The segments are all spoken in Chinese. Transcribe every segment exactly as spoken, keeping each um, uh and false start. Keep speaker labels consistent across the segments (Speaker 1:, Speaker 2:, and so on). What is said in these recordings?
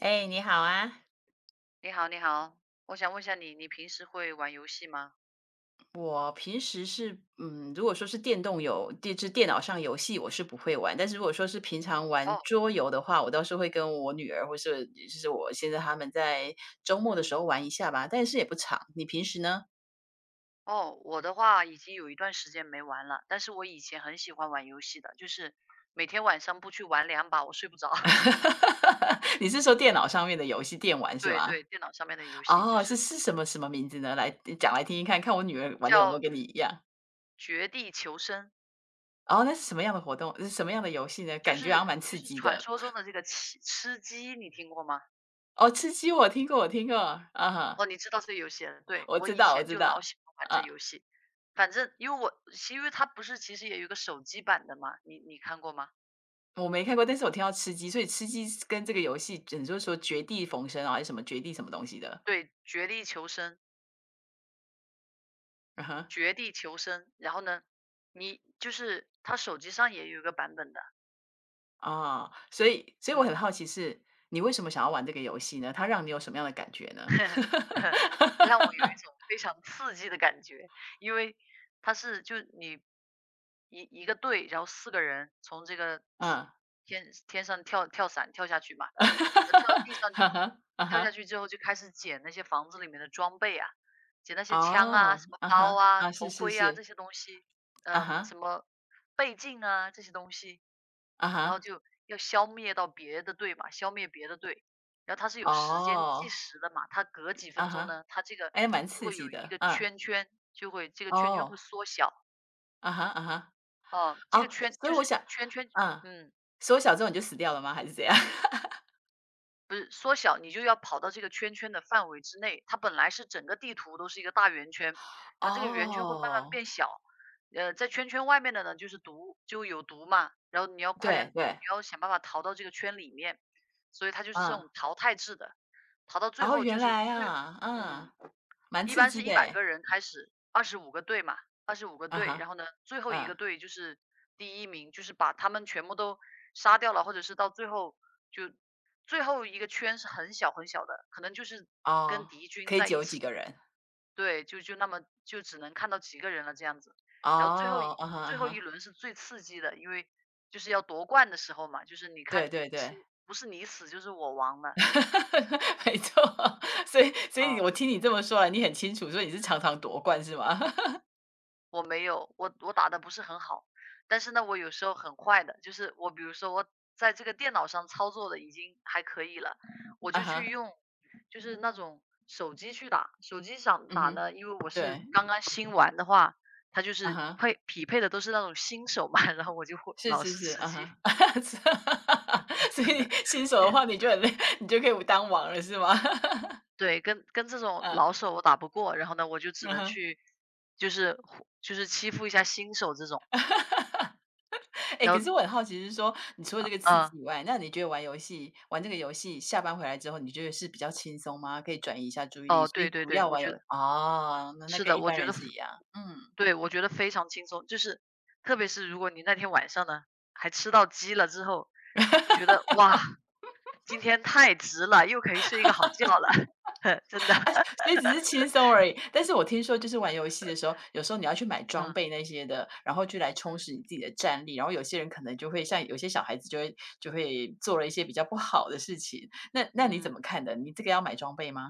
Speaker 1: 哎，你好啊！
Speaker 2: 你好，你好，我想问一下你，你平时会玩游戏吗？
Speaker 1: 我平时是，嗯，如果说是电动游电就是电脑上游
Speaker 2: 嗯
Speaker 1: 戏，我是不会玩。但是如果说是平常玩
Speaker 2: 哦
Speaker 1: 桌游的话，我倒是会跟我女儿，或是就是我现在他们在周末的时
Speaker 2: 嗯
Speaker 1: 候玩一下吧，但是也不长。你平时呢？
Speaker 2: 哦，我的话已经有一段时间没玩了，但是我以前很喜欢玩游戏的，就是每天晚上不去玩两把，我睡不着。
Speaker 1: 你是说电脑上面的游戏电玩是
Speaker 2: 对
Speaker 1: 吗？
Speaker 2: 对，电脑上面的游戏就
Speaker 1: 哦，是
Speaker 2: 是
Speaker 1: 是什么什么名字呢？来讲来听听看，看我女儿玩
Speaker 2: 叫
Speaker 1: 的有没有跟你一样。
Speaker 2: 《绝地求生》，
Speaker 1: 哦，那是什么样的活动？是什么样的游戏呢？
Speaker 2: 就
Speaker 1: 感觉好像
Speaker 2: 是
Speaker 1: 蛮
Speaker 2: 就
Speaker 1: 刺
Speaker 2: 是
Speaker 1: 激
Speaker 2: 传
Speaker 1: 的。
Speaker 2: 说中的这个吃吃鸡，你听过吗？
Speaker 1: 哦，吃鸡我听过，我听过，啊哈。
Speaker 2: 哦，你知道这个游戏了？对，
Speaker 1: 我
Speaker 2: 我
Speaker 1: 知
Speaker 2: 以
Speaker 1: 道，我
Speaker 2: 前
Speaker 1: 知
Speaker 2: 就老
Speaker 1: 道，
Speaker 2: 喜欢玩这游
Speaker 1: 啊，
Speaker 2: 戏。反正因为我因为它不是其实也有一个手机版的嘛，你你看过吗？
Speaker 1: 我没看过，但是我听到吃鸡，所以吃鸡是跟这个游戏，你就是说绝地逢生啊，还是什么绝地什么东西的？
Speaker 2: 对，绝地求生，
Speaker 1: 嗯哼，
Speaker 2: 绝地求生。然后呢，你就是他手机上也有一个版本的，
Speaker 1: 啊，所以，所以我
Speaker 2: 嗯。
Speaker 1: 很好奇是，你为什么想要玩这个游戏呢？它让你有什么样的感觉呢？
Speaker 2: 让我有 一种非常刺激的感觉，因为它是就你一一个队，然后四个人从这个
Speaker 1: 嗯，
Speaker 2: 天天上跳跳伞跳下去嘛，然后跳到地上就
Speaker 1: 啊哈，啊
Speaker 2: 跳下
Speaker 1: 哈，
Speaker 2: 去之后就开始捡那些房子里面的装备啊，捡那些枪啊、
Speaker 1: 哦，
Speaker 2: 什么
Speaker 1: 啊哈，
Speaker 2: 包啊、
Speaker 1: 啊，是
Speaker 2: 头
Speaker 1: 是
Speaker 2: 盔啊
Speaker 1: 是，
Speaker 2: 这些东西，
Speaker 1: 啊
Speaker 2: 嗯、什
Speaker 1: 哈，
Speaker 2: 么倍镜啊这些东西，
Speaker 1: 啊
Speaker 2: 然后
Speaker 1: 哈，
Speaker 2: 就要消灭到别的队嘛，消灭别的队。然后它是有时间
Speaker 1: 哦，
Speaker 2: 计时的嘛，它隔几
Speaker 1: 啊
Speaker 2: 分钟
Speaker 1: 哈，
Speaker 2: 呢，它这个
Speaker 1: 哎，蛮
Speaker 2: 就
Speaker 1: 刺
Speaker 2: 会
Speaker 1: 激
Speaker 2: 有一
Speaker 1: 的，
Speaker 2: 个
Speaker 1: 嗯，
Speaker 2: 圈圈，就会这个圈圈
Speaker 1: 哦，
Speaker 2: 会缩小。
Speaker 1: 啊哈，啊哈，
Speaker 2: 哦，这个
Speaker 1: 哦，
Speaker 2: 圈
Speaker 1: 所以
Speaker 2: 就
Speaker 1: 我
Speaker 2: 是
Speaker 1: 想，
Speaker 2: 圈圈。
Speaker 1: 嗯。
Speaker 2: 嗯，
Speaker 1: 缩小之后你就死掉了吗？还是怎样？
Speaker 2: 不是缩小，你就要跑到这个圈圈的范围之内。它本来是整个地图都是一个大圆圈，然后这个圆圈会慢慢
Speaker 1: 哦，
Speaker 2: 变小。呃，在圈圈外面的呢就是毒，就有毒嘛，然后你要快
Speaker 1: 对
Speaker 2: 点，你
Speaker 1: 对，
Speaker 2: 要想办法逃到这个圈里面，所以它就是这
Speaker 1: 嗯，
Speaker 2: 种淘汰制的，逃到最
Speaker 1: 哦，
Speaker 2: 后
Speaker 1: 原
Speaker 2: 就是
Speaker 1: 来
Speaker 2: 最，
Speaker 1: 啊，嗯，
Speaker 2: 嗯。
Speaker 1: 蛮
Speaker 2: 一
Speaker 1: 刺
Speaker 2: 般
Speaker 1: 激
Speaker 2: 是
Speaker 1: 的
Speaker 2: 一百
Speaker 1: 诶，
Speaker 2: 个人开始二十五个队嘛二十五个
Speaker 1: 啊
Speaker 2: 队，然
Speaker 1: 哈，
Speaker 2: 后呢，最后一个
Speaker 1: 嗯，
Speaker 2: 队就是第一名，就是把他们全部都杀掉了，或者是到最后，就最后一个圈是很小很小的，可能就是跟
Speaker 1: 哦，
Speaker 2: 敌军
Speaker 1: 可以
Speaker 2: 在一
Speaker 1: 有几个人？
Speaker 2: 对，就就那么就只能看到几个人了这样子。然后最后
Speaker 1: 哦，
Speaker 2: 一
Speaker 1: 啊哈啊
Speaker 2: 最后一
Speaker 1: 哈，
Speaker 2: 轮是最刺激的，因为就是要夺冠的时候嘛，就是你看
Speaker 1: 对对对，
Speaker 2: 是不是你死就是我亡了，
Speaker 1: 没错，所以所以
Speaker 2: 啊，
Speaker 1: 我听你这么说来，你很清楚，所以你是常
Speaker 2: 嗯。
Speaker 1: 常夺冠是吗？
Speaker 2: 我没有，我我打的不是很好，但是呢，我有时候很坏的，就是我比如说我在这个电脑上操作的已经还可以了，我
Speaker 1: 啊
Speaker 2: 就去
Speaker 1: 哈，
Speaker 2: 用就是那种手机去打，手机上
Speaker 1: 嗯
Speaker 2: 打
Speaker 1: 哼，
Speaker 2: 呢，因为我是
Speaker 1: 对，
Speaker 2: 刚刚新玩的话，它就
Speaker 1: 啊
Speaker 2: 是
Speaker 1: 哈，
Speaker 2: 配匹配的都是那种新手嘛，然后我就会
Speaker 1: 是
Speaker 2: 老
Speaker 1: 是
Speaker 2: 是
Speaker 1: 是，
Speaker 2: 吃
Speaker 1: 啊
Speaker 2: 鸡。
Speaker 1: 哈，是 所以新手的话，你 就很累，你就可以当王了是吗？
Speaker 2: 对，跟跟这 种
Speaker 1: 嗯。
Speaker 2: 老手我打不过，然后呢，我就只
Speaker 1: 啊
Speaker 2: 能
Speaker 1: 哈！
Speaker 2: 去就是就是欺负一下新手这种。
Speaker 1: 哎，
Speaker 2: 然
Speaker 1: 可
Speaker 2: 后
Speaker 1: 是我很好奇，是说，你除了这个刺
Speaker 2: 嗯，
Speaker 1: 激以外，那你觉得玩游戏，玩这个游戏，下班回来之后，你觉得是比较轻松吗？可以转移一下注意力，
Speaker 2: 哦，
Speaker 1: 所
Speaker 2: 对
Speaker 1: 以
Speaker 2: 对
Speaker 1: 不
Speaker 2: 对，
Speaker 1: 要
Speaker 2: 我
Speaker 1: 玩游
Speaker 2: 觉得。
Speaker 1: 哦，那那
Speaker 2: 是
Speaker 1: 跟
Speaker 2: 的，
Speaker 1: 一
Speaker 2: 我
Speaker 1: 般
Speaker 2: 觉
Speaker 1: 人
Speaker 2: 得，
Speaker 1: 是一样，嗯，
Speaker 2: 对，我觉得非常轻松。就是特别是如果你那天晚上呢，还吃到鸡了之后，就觉 得哇，今天太值了，又可以睡一个好觉了。真的。
Speaker 1: 所以只是轻松而已。但是我听说，就是玩游戏的时候，有时候你要去买装
Speaker 2: 啊，
Speaker 1: 备那些的，然后去来
Speaker 2: 嗯。
Speaker 1: 充实你自己的战力。然后有些人可能就会像有些小孩子就会就会做了一些比较不好的事情。那那你怎
Speaker 2: 嗯。
Speaker 1: 么看的？你这个要买装备吗？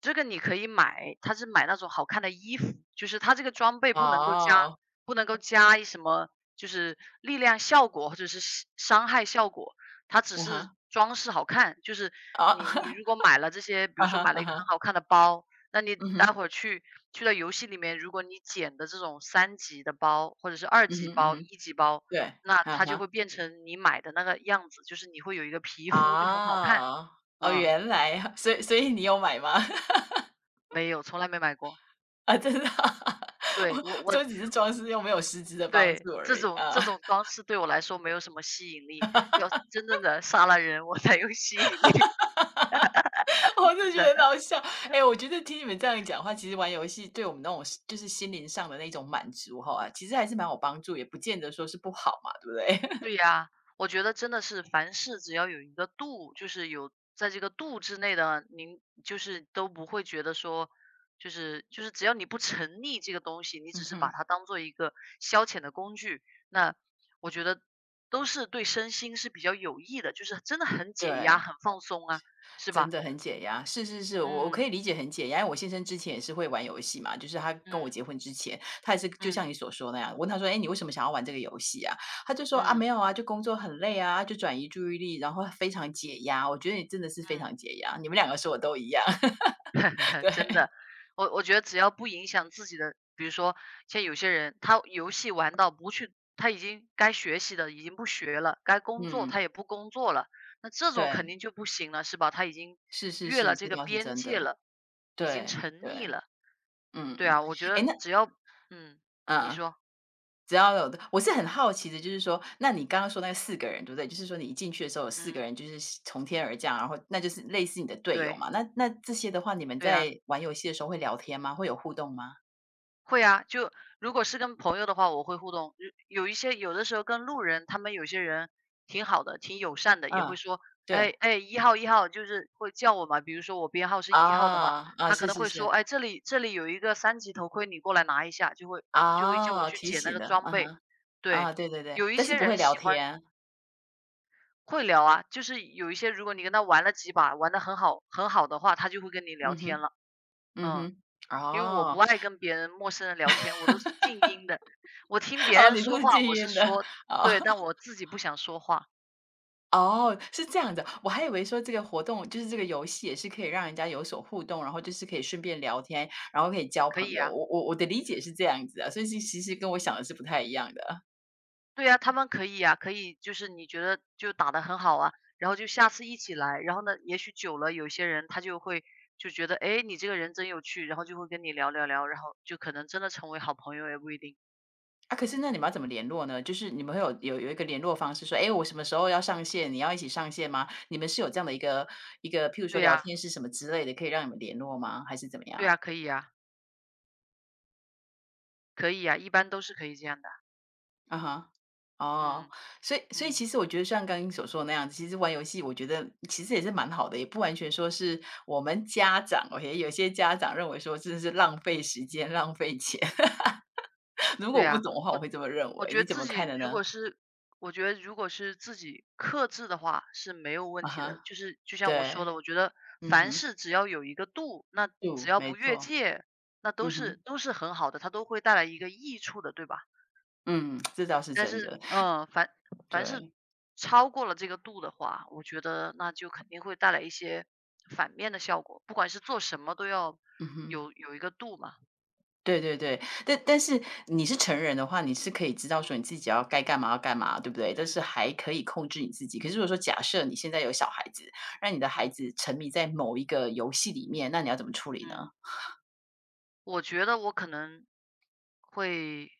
Speaker 2: 这个你可以买，它是买那种好看的衣服，就是它这个装备不能够加
Speaker 1: 哦，
Speaker 2: 不能够加一什么，就是力量效果或者是伤伤害效果，它只
Speaker 1: 嗯
Speaker 2: 是
Speaker 1: 哈
Speaker 2: 装饰好看。就是
Speaker 1: 啊。
Speaker 2: 你你如果 买了这些，比
Speaker 1: 啊
Speaker 2: 如说
Speaker 1: 哈，
Speaker 2: 买了
Speaker 1: 啊
Speaker 2: 一个很
Speaker 1: 哈，
Speaker 2: 好看的包，那你
Speaker 1: 嗯
Speaker 2: 待
Speaker 1: 哼，
Speaker 2: 会儿去去到游戏里面，如果你捡的这种三级的包或者是二
Speaker 1: 嗯
Speaker 2: 级
Speaker 1: 哼，嗯
Speaker 2: 包、
Speaker 1: 哼，
Speaker 2: 一级包，
Speaker 1: 对，
Speaker 2: 那
Speaker 1: 啊
Speaker 2: 它就
Speaker 1: 哈，
Speaker 2: 会变成你买的那个样子，就是你会有一个皮肤就很好看。
Speaker 1: 啊，哦，
Speaker 2: 啊，
Speaker 1: 原来呀，所以所以你有买吗？
Speaker 2: 没有，从来没买过。
Speaker 1: 啊，真的啊，我
Speaker 2: 对，我我
Speaker 1: 都只是装饰，又没有实质的帮
Speaker 2: 对，
Speaker 1: 助而
Speaker 2: 这
Speaker 1: 已
Speaker 2: 种
Speaker 1: 啊。
Speaker 2: 这种装饰对我来说没有什么吸引力，要真正的杀了人我才有吸引力。
Speaker 1: 我就的
Speaker 2: 真
Speaker 1: 觉得很
Speaker 2: 的。
Speaker 1: 好笑，哎，我觉得听你们这样讲话，其实玩游戏对我们那种就是心灵上的那种满足哈，其实还是蛮有帮助，也不见得说是不好嘛，对不对？
Speaker 2: 对呀，我觉得真的是凡事只要有一个度，就是有在这个度之内的，您就是都不会觉得说，就是就是只要你不沉溺这个东西，你
Speaker 1: 嗯
Speaker 2: 只是把
Speaker 1: 哼，
Speaker 2: 它当做一个消遣的工具，那我觉得都是对身心是比较有益的，就是真的很 解压、
Speaker 1: 对。
Speaker 2: 很放松啊，是
Speaker 1: 真
Speaker 2: 吧？
Speaker 1: 的很解压，是是是，我我可以
Speaker 2: 嗯，
Speaker 1: 理解很解压，因为我先生之前也是会玩游戏嘛，就是他跟
Speaker 2: 嗯，
Speaker 1: 我结婚之前，他也是就像
Speaker 2: 嗯，
Speaker 1: 你所说那样，我问他说："哎，你为什么想要玩这个游戏啊？"他就说："啊，没
Speaker 2: 嗯，
Speaker 1: 有啊，就工作很累啊，就转移注意力，然后非常解压。"我觉得你真的是非常
Speaker 2: 嗯。
Speaker 1: 解压，你们两个说的都一样，
Speaker 2: 真
Speaker 1: 对，
Speaker 2: 的。我我觉得只要不影响自己的，比如说像有些人，他游戏玩到不去，他已经该学习的已经不学了，该工作
Speaker 1: 嗯，
Speaker 2: 他也不工作了，那这种肯
Speaker 1: 对，
Speaker 2: 定就不行了，是吧？他已经
Speaker 1: 是是
Speaker 2: 越
Speaker 1: 是，
Speaker 2: 了
Speaker 1: 这
Speaker 2: 这个
Speaker 1: 条是
Speaker 2: 边
Speaker 1: 真
Speaker 2: 界
Speaker 1: 的，
Speaker 2: 了，已经
Speaker 1: 对
Speaker 2: 沉溺
Speaker 1: 对，
Speaker 2: 了。
Speaker 1: 嗯
Speaker 2: 对
Speaker 1: 嗯，
Speaker 2: 啊，我觉
Speaker 1: 哎，
Speaker 2: 得
Speaker 1: 那
Speaker 2: 只要嗯，你
Speaker 1: 啊。
Speaker 2: 说，
Speaker 1: 只要有的我是很好奇的，就是说，那你刚刚说那四个人，对不对？就是说你一进去的时候有
Speaker 2: 嗯，
Speaker 1: 四个人就是是从天而降，然后那就是类似你的队友
Speaker 2: 对，
Speaker 1: 嘛。那那这些的话，你们
Speaker 2: 对
Speaker 1: 在
Speaker 2: 啊。
Speaker 1: 玩游戏的时候会聊天吗？会有互动吗？
Speaker 2: 会啊，就如果是跟朋友的话，我会互动。有有一些有的时候跟路人，他们有些人挺好的，挺友善的，也会
Speaker 1: 嗯，
Speaker 2: 说，
Speaker 1: 对，
Speaker 2: 哎哎，一号，一号，就是会叫我嘛。比如说我编号是一号的话，
Speaker 1: 啊，啊，
Speaker 2: 他可
Speaker 1: 是
Speaker 2: 能
Speaker 1: 是
Speaker 2: 会
Speaker 1: 是，
Speaker 2: 说，哎，这里这里有一个三级头盔，你过来拿一下，就会就会叫我
Speaker 1: 啊，
Speaker 2: 去
Speaker 1: 提
Speaker 2: 捡那
Speaker 1: 醒
Speaker 2: 个
Speaker 1: 的，
Speaker 2: 装
Speaker 1: 啊
Speaker 2: 备。
Speaker 1: 哈，啊，
Speaker 2: 对，
Speaker 1: 对对对，
Speaker 2: 有一
Speaker 1: 但是
Speaker 2: 些
Speaker 1: 不会
Speaker 2: 人
Speaker 1: 聊
Speaker 2: 喜欢
Speaker 1: 天，
Speaker 2: 会聊啊，就是有一些如果你跟他玩了几把，玩得很好很好的话，他就会跟你聊
Speaker 1: 嗯
Speaker 2: 天
Speaker 1: 哼，
Speaker 2: 了。
Speaker 1: 嗯
Speaker 2: 嗯。
Speaker 1: 哼，
Speaker 2: 因为我不
Speaker 1: 哦，
Speaker 2: 爱跟别人陌生人聊天，我都是静音的。我听别
Speaker 1: 哦，
Speaker 2: 人
Speaker 1: 你这
Speaker 2: 说
Speaker 1: 是
Speaker 2: 话，
Speaker 1: 静
Speaker 2: 我是
Speaker 1: 音的，
Speaker 2: 说，
Speaker 1: 哦。
Speaker 2: 对，但我自己不想说话，
Speaker 1: 哦，是这样的，我还以为说这个活动就是这个游戏也是可以让人家有所互动，然后就是可以顺便聊天，然后可以交
Speaker 2: 可
Speaker 1: 朋
Speaker 2: 以
Speaker 1: 友。
Speaker 2: 啊。
Speaker 1: 我我我的理解是这样子啊，所以是其实跟我想的是不太一样的啊。
Speaker 2: 对啊，他们可以啊，可以就是你觉得就打得很好啊，然后就下次一起来，然后呢，也许久了，有些人他就会就觉得，诶，你这个人真有趣，然后就会跟你聊聊聊，然后就可能真的成为好朋友也不一定。
Speaker 1: 啊可是那你们要怎么联络呢？就是你们会有有有一个联络方式说，哎，我什么时候要上线？你要一起上线吗？你们是有这样的一个一个，譬如说
Speaker 2: 对
Speaker 1: 聊
Speaker 2: 呀，
Speaker 1: 天是什么之类的，可以让你们联络吗？还是怎么
Speaker 2: 对
Speaker 1: 样？
Speaker 2: 呀，可以呀，可以呀，一般都是可以这样的啊。
Speaker 1: 啊哈，哦，
Speaker 2: 嗯，
Speaker 1: 所以所以
Speaker 2: 嗯，
Speaker 1: 其实我觉得像刚刚你所说的那样子，其实玩游戏我觉得其实也是蛮好的，也不完全说是我们家长，O K，有些家长认为说真的是浪费时间、浪费钱。如果
Speaker 2: 对
Speaker 1: 我不
Speaker 2: 呀，
Speaker 1: 懂的话，我
Speaker 2: 我
Speaker 1: 会这么认
Speaker 2: 我
Speaker 1: 为，
Speaker 2: 觉
Speaker 1: 你
Speaker 2: 得
Speaker 1: 怎
Speaker 2: 自
Speaker 1: 么看
Speaker 2: 己
Speaker 1: 的
Speaker 2: 如
Speaker 1: 呢？
Speaker 2: 果是，我觉得如果是自己克制的话是没有问
Speaker 1: 啊
Speaker 2: 题的。
Speaker 1: 哈，
Speaker 2: 就是就像我
Speaker 1: 对，
Speaker 2: 说的，我觉得
Speaker 1: 嗯
Speaker 2: 凡
Speaker 1: 哼，
Speaker 2: 事只要有一个度，那只
Speaker 1: 就
Speaker 2: 要
Speaker 1: 没
Speaker 2: 不越
Speaker 1: 错，
Speaker 2: 界，那都
Speaker 1: 嗯哼，
Speaker 2: 是都是很好的，它都会带来一个益处的，对吧？
Speaker 1: 嗯，这倒是
Speaker 2: 但
Speaker 1: 真
Speaker 2: 是，
Speaker 1: 的，
Speaker 2: 嗯，凡凡是
Speaker 1: 对，
Speaker 2: 超过了这个度的话，我觉得那就肯定会带来一些反面的效果。不管是做什么，都要
Speaker 1: 嗯哼。
Speaker 2: 有有一个度嘛。
Speaker 1: 对对对，但但是你是成人的话，你是可以知道说你
Speaker 2: 嗯
Speaker 1: 自己要该干嘛要干嘛，对不对？但是
Speaker 2: 嗯
Speaker 1: 还可以控制你自己。可是如果说假设你现在有小孩子，让你的孩
Speaker 2: 嗯
Speaker 1: 子沉迷在某一个游戏里面，那你要怎么处理呢？
Speaker 2: 嗯，我觉得我可能会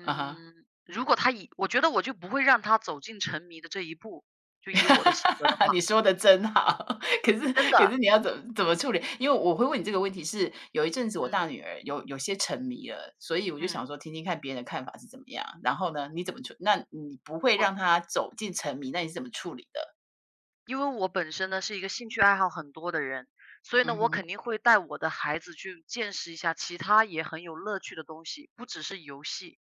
Speaker 1: 啊哈。
Speaker 2: 如果他，以我觉得我就不会让他走进沉迷的这一步，就以我的性格的
Speaker 1: 你
Speaker 2: 话。
Speaker 1: 说的真好，可是
Speaker 2: 真
Speaker 1: 可
Speaker 2: 的。
Speaker 1: 是你要怎么怎么处理？因为我会问你这个问题是，有一阵子我
Speaker 2: 嗯
Speaker 1: 大女儿有有些沉迷了，所以我就
Speaker 2: 嗯，
Speaker 1: 想说听听看别人的看法是怎么样。然后呢，你怎么处？那你不会
Speaker 2: 我
Speaker 1: 让她走进沉迷，那你是怎么处理的？
Speaker 2: 因为我本身呢是一个兴趣爱好很多的人，所以呢，
Speaker 1: 嗯
Speaker 2: 我
Speaker 1: 哼。
Speaker 2: 肯定会带我的孩子去见识一下其他也很有乐趣的东西，不只是游戏，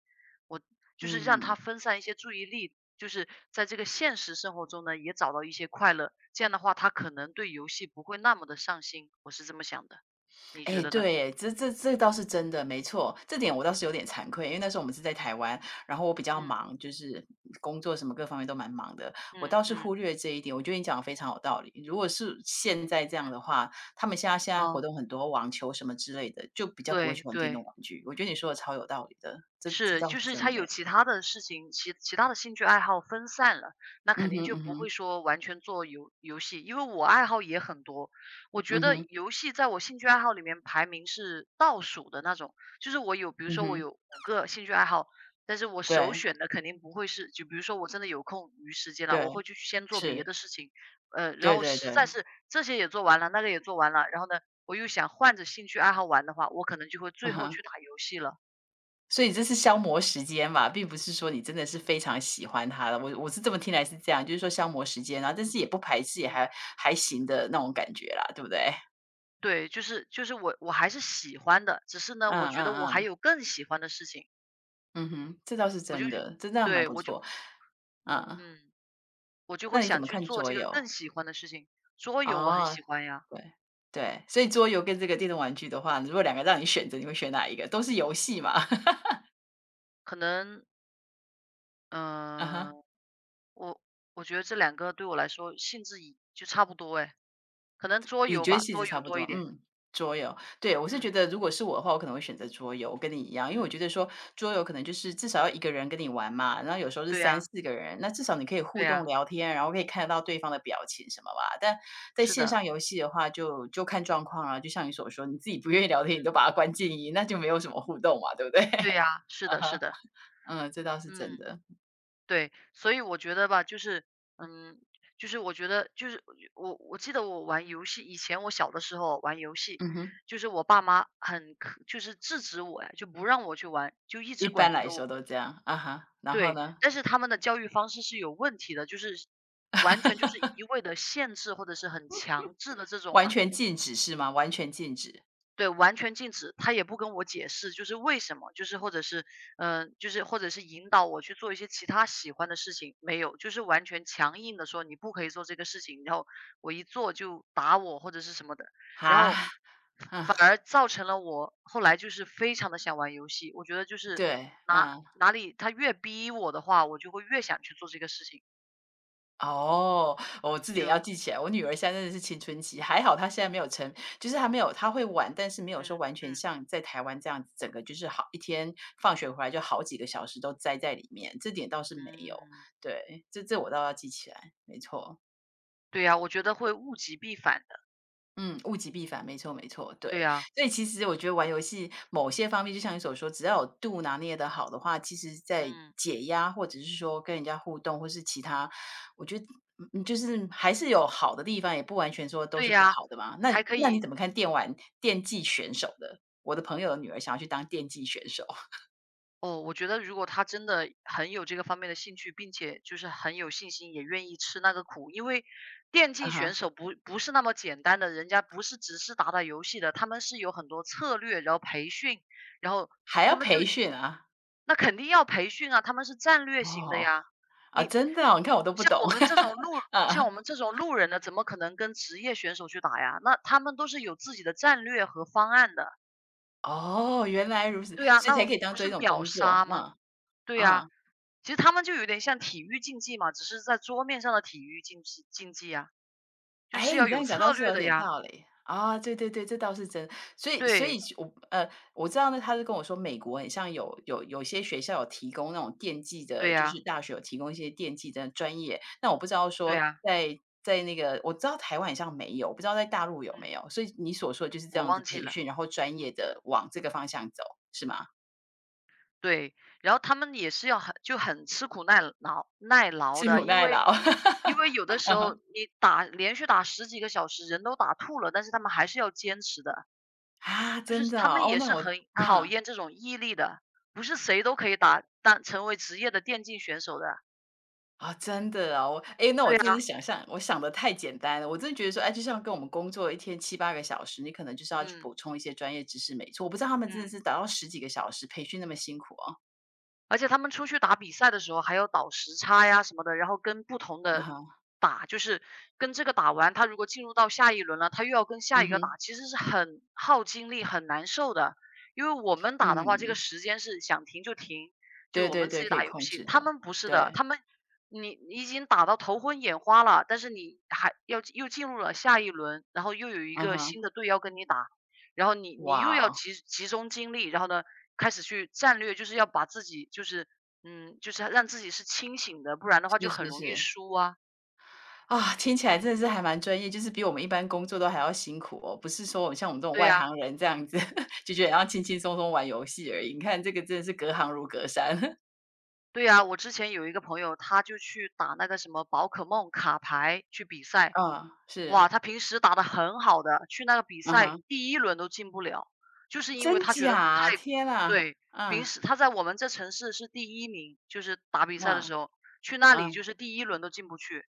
Speaker 2: 我就是让他
Speaker 1: 嗯，
Speaker 2: 分散一些注意力，就是在这个现实生活中呢也找到一些快乐，这样的话他可能对游戏不会那么的上心，我是这么想的，你觉
Speaker 1: 哎，
Speaker 2: 得呢？
Speaker 1: 对这这这倒是真的，没错，这点我倒是有点惭愧，因为那时候我们是在台湾，然后我比较
Speaker 2: 嗯
Speaker 1: 忙，就是工作什么各方面都蛮忙的，我
Speaker 2: 嗯
Speaker 1: 倒是
Speaker 2: 嗯，
Speaker 1: 忽略这一点。我觉得你讲的非常有道理。如果是现在这样的话，他们现在现在活
Speaker 2: 哦。
Speaker 1: 动很多网球什么之类的，就比较不会
Speaker 2: 对
Speaker 1: 去玩电
Speaker 2: 对，
Speaker 1: 动玩具。我觉得你说的超有道理的，这这
Speaker 2: 是，
Speaker 1: 倒
Speaker 2: 就
Speaker 1: 是
Speaker 2: 是
Speaker 1: 真
Speaker 2: 他有
Speaker 1: 的。
Speaker 2: 其他的事情，其其他的兴趣爱好分散了，那
Speaker 1: 嗯
Speaker 2: 肯定
Speaker 1: 哼，
Speaker 2: 就
Speaker 1: 嗯
Speaker 2: 不会
Speaker 1: 哼，
Speaker 2: 说完全做游游戏。因为我爱好也很多，我觉
Speaker 1: 嗯
Speaker 2: 得
Speaker 1: 哼，
Speaker 2: 游戏在我兴趣爱好里面排名是倒数的那种。就是我有，比如
Speaker 1: 嗯
Speaker 2: 说我
Speaker 1: 哼，
Speaker 2: 有五个兴趣爱好，但是我首
Speaker 1: 对
Speaker 2: 选的肯定不会是，就比如说我真的有空余时间了，
Speaker 1: 对，
Speaker 2: 我会去先做别
Speaker 1: 是，
Speaker 2: 的事情。呃，然
Speaker 1: 对
Speaker 2: 后
Speaker 1: 对
Speaker 2: 实在
Speaker 1: 对，
Speaker 2: 是这些也做完了，那个也做完了，然后呢，我又想换着兴趣爱好玩的话，我可能就会
Speaker 1: 嗯
Speaker 2: 最后
Speaker 1: 哼。
Speaker 2: 去打游戏了。
Speaker 1: 所以这是消磨时间嘛，并不是说你真的是非常喜欢它了。我我是这么听来是这样，就是说消磨时间，然后但是也不排斥，也
Speaker 2: 嗯，
Speaker 1: 还还行的那种感觉啦，对不对？
Speaker 2: 对，就是就是我我还是喜欢的，只是呢，我
Speaker 1: 嗯
Speaker 2: 觉得
Speaker 1: 嗯
Speaker 2: 我还
Speaker 1: 嗯，
Speaker 2: 有更喜欢的事情，
Speaker 1: 嗯哼，这倒是
Speaker 2: 我就
Speaker 1: 真的，真的蛮
Speaker 2: 对，
Speaker 1: 不
Speaker 2: 我就
Speaker 1: 错。嗯，
Speaker 2: 嗯，我就
Speaker 1: 那
Speaker 2: 会
Speaker 1: 你怎
Speaker 2: 想
Speaker 1: 么
Speaker 2: 去
Speaker 1: 看
Speaker 2: 做
Speaker 1: 桌
Speaker 2: 这个
Speaker 1: 游？
Speaker 2: 更喜欢的事情。桌游我很
Speaker 1: 哦，
Speaker 2: 喜欢呀，
Speaker 1: 对对，所以桌游跟这个电动玩具的话，如果两个让你选择，你会选哪一个？都是游戏嘛。
Speaker 2: 可能
Speaker 1: 啊
Speaker 2: 嗯、
Speaker 1: 哈。
Speaker 2: 呃我我觉得这两个对我来说性质一就差不多哎，可能桌
Speaker 1: 你
Speaker 2: 游
Speaker 1: 觉得
Speaker 2: 吧，
Speaker 1: 性质
Speaker 2: 桌
Speaker 1: 差
Speaker 2: 游
Speaker 1: 不
Speaker 2: 多
Speaker 1: 多，
Speaker 2: 一点。
Speaker 1: 嗯，桌游。对，我是觉
Speaker 2: 嗯
Speaker 1: 得如果是我的话，我可能会选择桌游，我跟你一样，因为我
Speaker 2: 嗯，
Speaker 1: 觉得说桌游可能就是至少要一个人跟你玩嘛，然后有时候是
Speaker 2: 对
Speaker 1: 三
Speaker 2: 呀、
Speaker 1: 四个人，那至少你可以互
Speaker 2: 对
Speaker 1: 动
Speaker 2: 呀、
Speaker 1: 聊天，然后可以看得到对方的表情什么吧。但在
Speaker 2: 是
Speaker 1: 线
Speaker 2: 的，
Speaker 1: 上游戏的话就就看状况啊，就像你所说，你自己不愿意聊天，你
Speaker 2: 嗯，
Speaker 1: 都把它关静音，那就没有什么互动嘛，对不对？
Speaker 2: 对呀、是
Speaker 1: 啊
Speaker 2: 的，是
Speaker 1: 哈，
Speaker 2: 的，
Speaker 1: 嗯，这倒是真
Speaker 2: 嗯。
Speaker 1: 的。
Speaker 2: 对，所以我觉得吧，就是，嗯，就是我觉得，就是我我记得我玩游戏，以前我小的时候玩游戏，
Speaker 1: 嗯哼，
Speaker 2: 就是我爸妈很可就是制止我呀，就不让我去玩，就一
Speaker 1: 一
Speaker 2: 直
Speaker 1: 般
Speaker 2: 管
Speaker 1: 来
Speaker 2: 着我。
Speaker 1: 说都这样，啊哈，然后
Speaker 2: 对，
Speaker 1: 呢？
Speaker 2: 但是他们的教育方式是有问题的，就是完全就是一味的限制或者是很强制的这种
Speaker 1: 完
Speaker 2: 啊，
Speaker 1: 全禁止是吗？完全禁止？
Speaker 2: 对，完全禁止，他也不跟我解释，就是为什么，就是或者是，嗯，就是或者是引导我去做一些其他喜欢的事情，没有，就是完全强硬的说你不可以做这个事情，然后我一做就打我或者是什么的，然
Speaker 1: 哈？
Speaker 2: 后 反
Speaker 1: 啊。
Speaker 2: 而造成了我后来就是非常的想玩游戏，我觉得就是
Speaker 1: 对，
Speaker 2: 哪
Speaker 1: 嗯，
Speaker 2: 哪里他越逼我的话，我就会越想去做这个事情，
Speaker 1: 哦，我这点要
Speaker 2: 就
Speaker 1: 记起来。我女儿现在真的是青春期，还好她现在没有成就是还没有她会玩，但是没有说
Speaker 2: 嗯
Speaker 1: 完全
Speaker 2: 嗯
Speaker 1: 像在台湾这样子，整个就是好一天放学回来就好几个小时都栽在里面，这点倒是没有。
Speaker 2: 嗯，
Speaker 1: 对，这这我倒要记起来，没错。
Speaker 2: 对呀，我觉得会物极必反的，
Speaker 1: 嗯，物极必反，没错没错，对。
Speaker 2: 对呀，
Speaker 1: 所以其实我觉得玩游戏某些方面，就像你所说，只要有度拿捏得好的话，其实在
Speaker 2: 嗯。
Speaker 1: 解压，或者是说跟人家互动，或是其他，我觉得嗯嗯就是还是有好的地方，也不完全说都
Speaker 2: 对
Speaker 1: 是不
Speaker 2: 呀，
Speaker 1: 好的嘛。那
Speaker 2: 还可
Speaker 1: 那你
Speaker 2: 以
Speaker 1: 怎么看电玩电竞选手的？我的朋友的女儿想要去当电竞选手，
Speaker 2: 哦，我觉得如果他真的很有这个方面的兴趣，并且就是很有信心，也愿意吃那个苦，因为电
Speaker 1: 啊
Speaker 2: 竞选
Speaker 1: 哈，
Speaker 2: 手不不是那么简单的，人家不是只是打打游戏的，他们是有很多策略，然后培训，然后
Speaker 1: 还要培训啊？
Speaker 2: 那肯定要培训啊，他们是战略型的
Speaker 1: 哦，
Speaker 2: 呀。
Speaker 1: 啊，
Speaker 2: 你
Speaker 1: 真的哦，你看我都不懂
Speaker 2: 像我们这种路，像我
Speaker 1: 啊，
Speaker 2: 们这种路人的，怎么可能跟职业选手去打呀？那他们都是有自己的战略和方案的，
Speaker 1: 哦，原来如此，
Speaker 2: 对啊，
Speaker 1: 所以才
Speaker 2: 那
Speaker 1: 可以当
Speaker 2: 不
Speaker 1: 做
Speaker 2: 是
Speaker 1: 一种
Speaker 2: 秒
Speaker 1: 工作，
Speaker 2: 杀
Speaker 1: 嗯
Speaker 2: 吗？
Speaker 1: 嗯。
Speaker 2: 对呀，
Speaker 1: 啊
Speaker 2: 其实他们就有点像体育竞技嘛，只是在桌面上的体育竞技竞技呀，就
Speaker 1: 哎，
Speaker 2: 是
Speaker 1: 你
Speaker 2: 要
Speaker 1: 这
Speaker 2: 有
Speaker 1: 样讲倒
Speaker 2: 策
Speaker 1: 是
Speaker 2: 略
Speaker 1: 有
Speaker 2: 的
Speaker 1: 点
Speaker 2: 呀。
Speaker 1: 道理。啊，对对对，这倒是真。所以所以
Speaker 2: 对，
Speaker 1: 我呃，我知道呢，他是跟我说美国很像有有有些学校有提供那种电技
Speaker 2: 对
Speaker 1: 的，就
Speaker 2: 呀，
Speaker 1: 是大学有提供一些电技的专业。那我不知道
Speaker 2: 对
Speaker 1: 说
Speaker 2: 呀，
Speaker 1: 在在那个我知道台湾好像没有，我不知道在大陆有没
Speaker 2: 嗯，
Speaker 1: 有。所以你所说的就是这
Speaker 2: 我
Speaker 1: 样子
Speaker 2: 忘记
Speaker 1: 培
Speaker 2: 了。
Speaker 1: 训，然后专业的往这个方向走，是吗？
Speaker 2: 对，然后他们也是要很就很吃苦耐劳耐 劳
Speaker 1: 吃
Speaker 2: 的，
Speaker 1: 苦
Speaker 2: 因
Speaker 1: 耐
Speaker 2: 为
Speaker 1: 劳。
Speaker 2: 因为有的时候你打连续打十几个小时，人都打吐了，但是他们还是要坚持的，
Speaker 1: 啊，
Speaker 2: 就
Speaker 1: 真
Speaker 2: 是
Speaker 1: 的
Speaker 2: 他们
Speaker 1: 哦，哦
Speaker 2: 也
Speaker 1: 那
Speaker 2: 是
Speaker 1: 我
Speaker 2: 很考
Speaker 1: 啊。
Speaker 2: 验这种毅力的，不是谁都可以打当成为职业的电竞选手的。
Speaker 1: 啊，真的哦，哎，那我
Speaker 2: 对
Speaker 1: 真的是
Speaker 2: 啊，
Speaker 1: 想象我想的太简单了，我真的觉得说，哎，就像跟我们工作一天七八个小时，你可能就是要去
Speaker 2: 嗯，
Speaker 1: 补充一些专业知识，没错。我不知道他们
Speaker 2: 嗯。
Speaker 1: 真的是达到十几个小时，培训那么辛苦哦。
Speaker 2: 而且他们出去打比赛的时候还要倒时差呀什么的，然后跟不同
Speaker 1: 嗯
Speaker 2: 的
Speaker 1: 哼，
Speaker 2: 打，就是跟这个打完，他如果进入到下一轮了，他又要跟下
Speaker 1: 嗯
Speaker 2: 一个
Speaker 1: 哼，
Speaker 2: 打，其实是很耗精力、很难受的。因为我们打的话，这个
Speaker 1: 嗯，
Speaker 2: 时间是想停就停，就
Speaker 1: 对
Speaker 2: 我
Speaker 1: 对
Speaker 2: 们自
Speaker 1: 对，
Speaker 2: 己
Speaker 1: 可以
Speaker 2: 打游
Speaker 1: 控
Speaker 2: 戏。
Speaker 1: 制
Speaker 2: 他
Speaker 1: 的，
Speaker 2: 们不是的，
Speaker 1: 对，
Speaker 2: 他们你你已经打到头昏眼花了，但是你还要又进入了下一轮，然后又有一
Speaker 1: 嗯
Speaker 2: 个
Speaker 1: 哼，
Speaker 2: 新的队要跟你打，然后你你又
Speaker 1: 哇
Speaker 2: 要
Speaker 1: 哦，
Speaker 2: 集集中精力，然后呢，开始去战略，就是要把自己就是嗯，就是让自己是清醒的，不然的话
Speaker 1: 是
Speaker 2: 就很
Speaker 1: 是
Speaker 2: 容易
Speaker 1: 是。
Speaker 2: 输啊。
Speaker 1: 啊，听起来真的是还蛮专业，就是比我们一般工作都还要辛苦哦，不是说我们像我们这种
Speaker 2: 对
Speaker 1: 外
Speaker 2: 呀，
Speaker 1: 行人这样子，就觉得要轻轻松松玩游戏而已，你看这个真的是隔行如隔山。
Speaker 2: 对呀，我之前有一个朋友，他就去打那个什么宝可梦卡牌去比赛，
Speaker 1: 啊，是。
Speaker 2: 哇，他平时打得很好的，去那个比
Speaker 1: 啊
Speaker 2: 赛
Speaker 1: 哈，
Speaker 2: 第一轮都进不了，就是因为
Speaker 1: 真
Speaker 2: 他觉得太
Speaker 1: 假？天呐，
Speaker 2: 对，平
Speaker 1: 啊，
Speaker 2: 时他在我们这城市是第一名，就是打比赛的
Speaker 1: 哇，
Speaker 2: 时候，去那
Speaker 1: 啊。
Speaker 2: 里就是第一轮都进不去，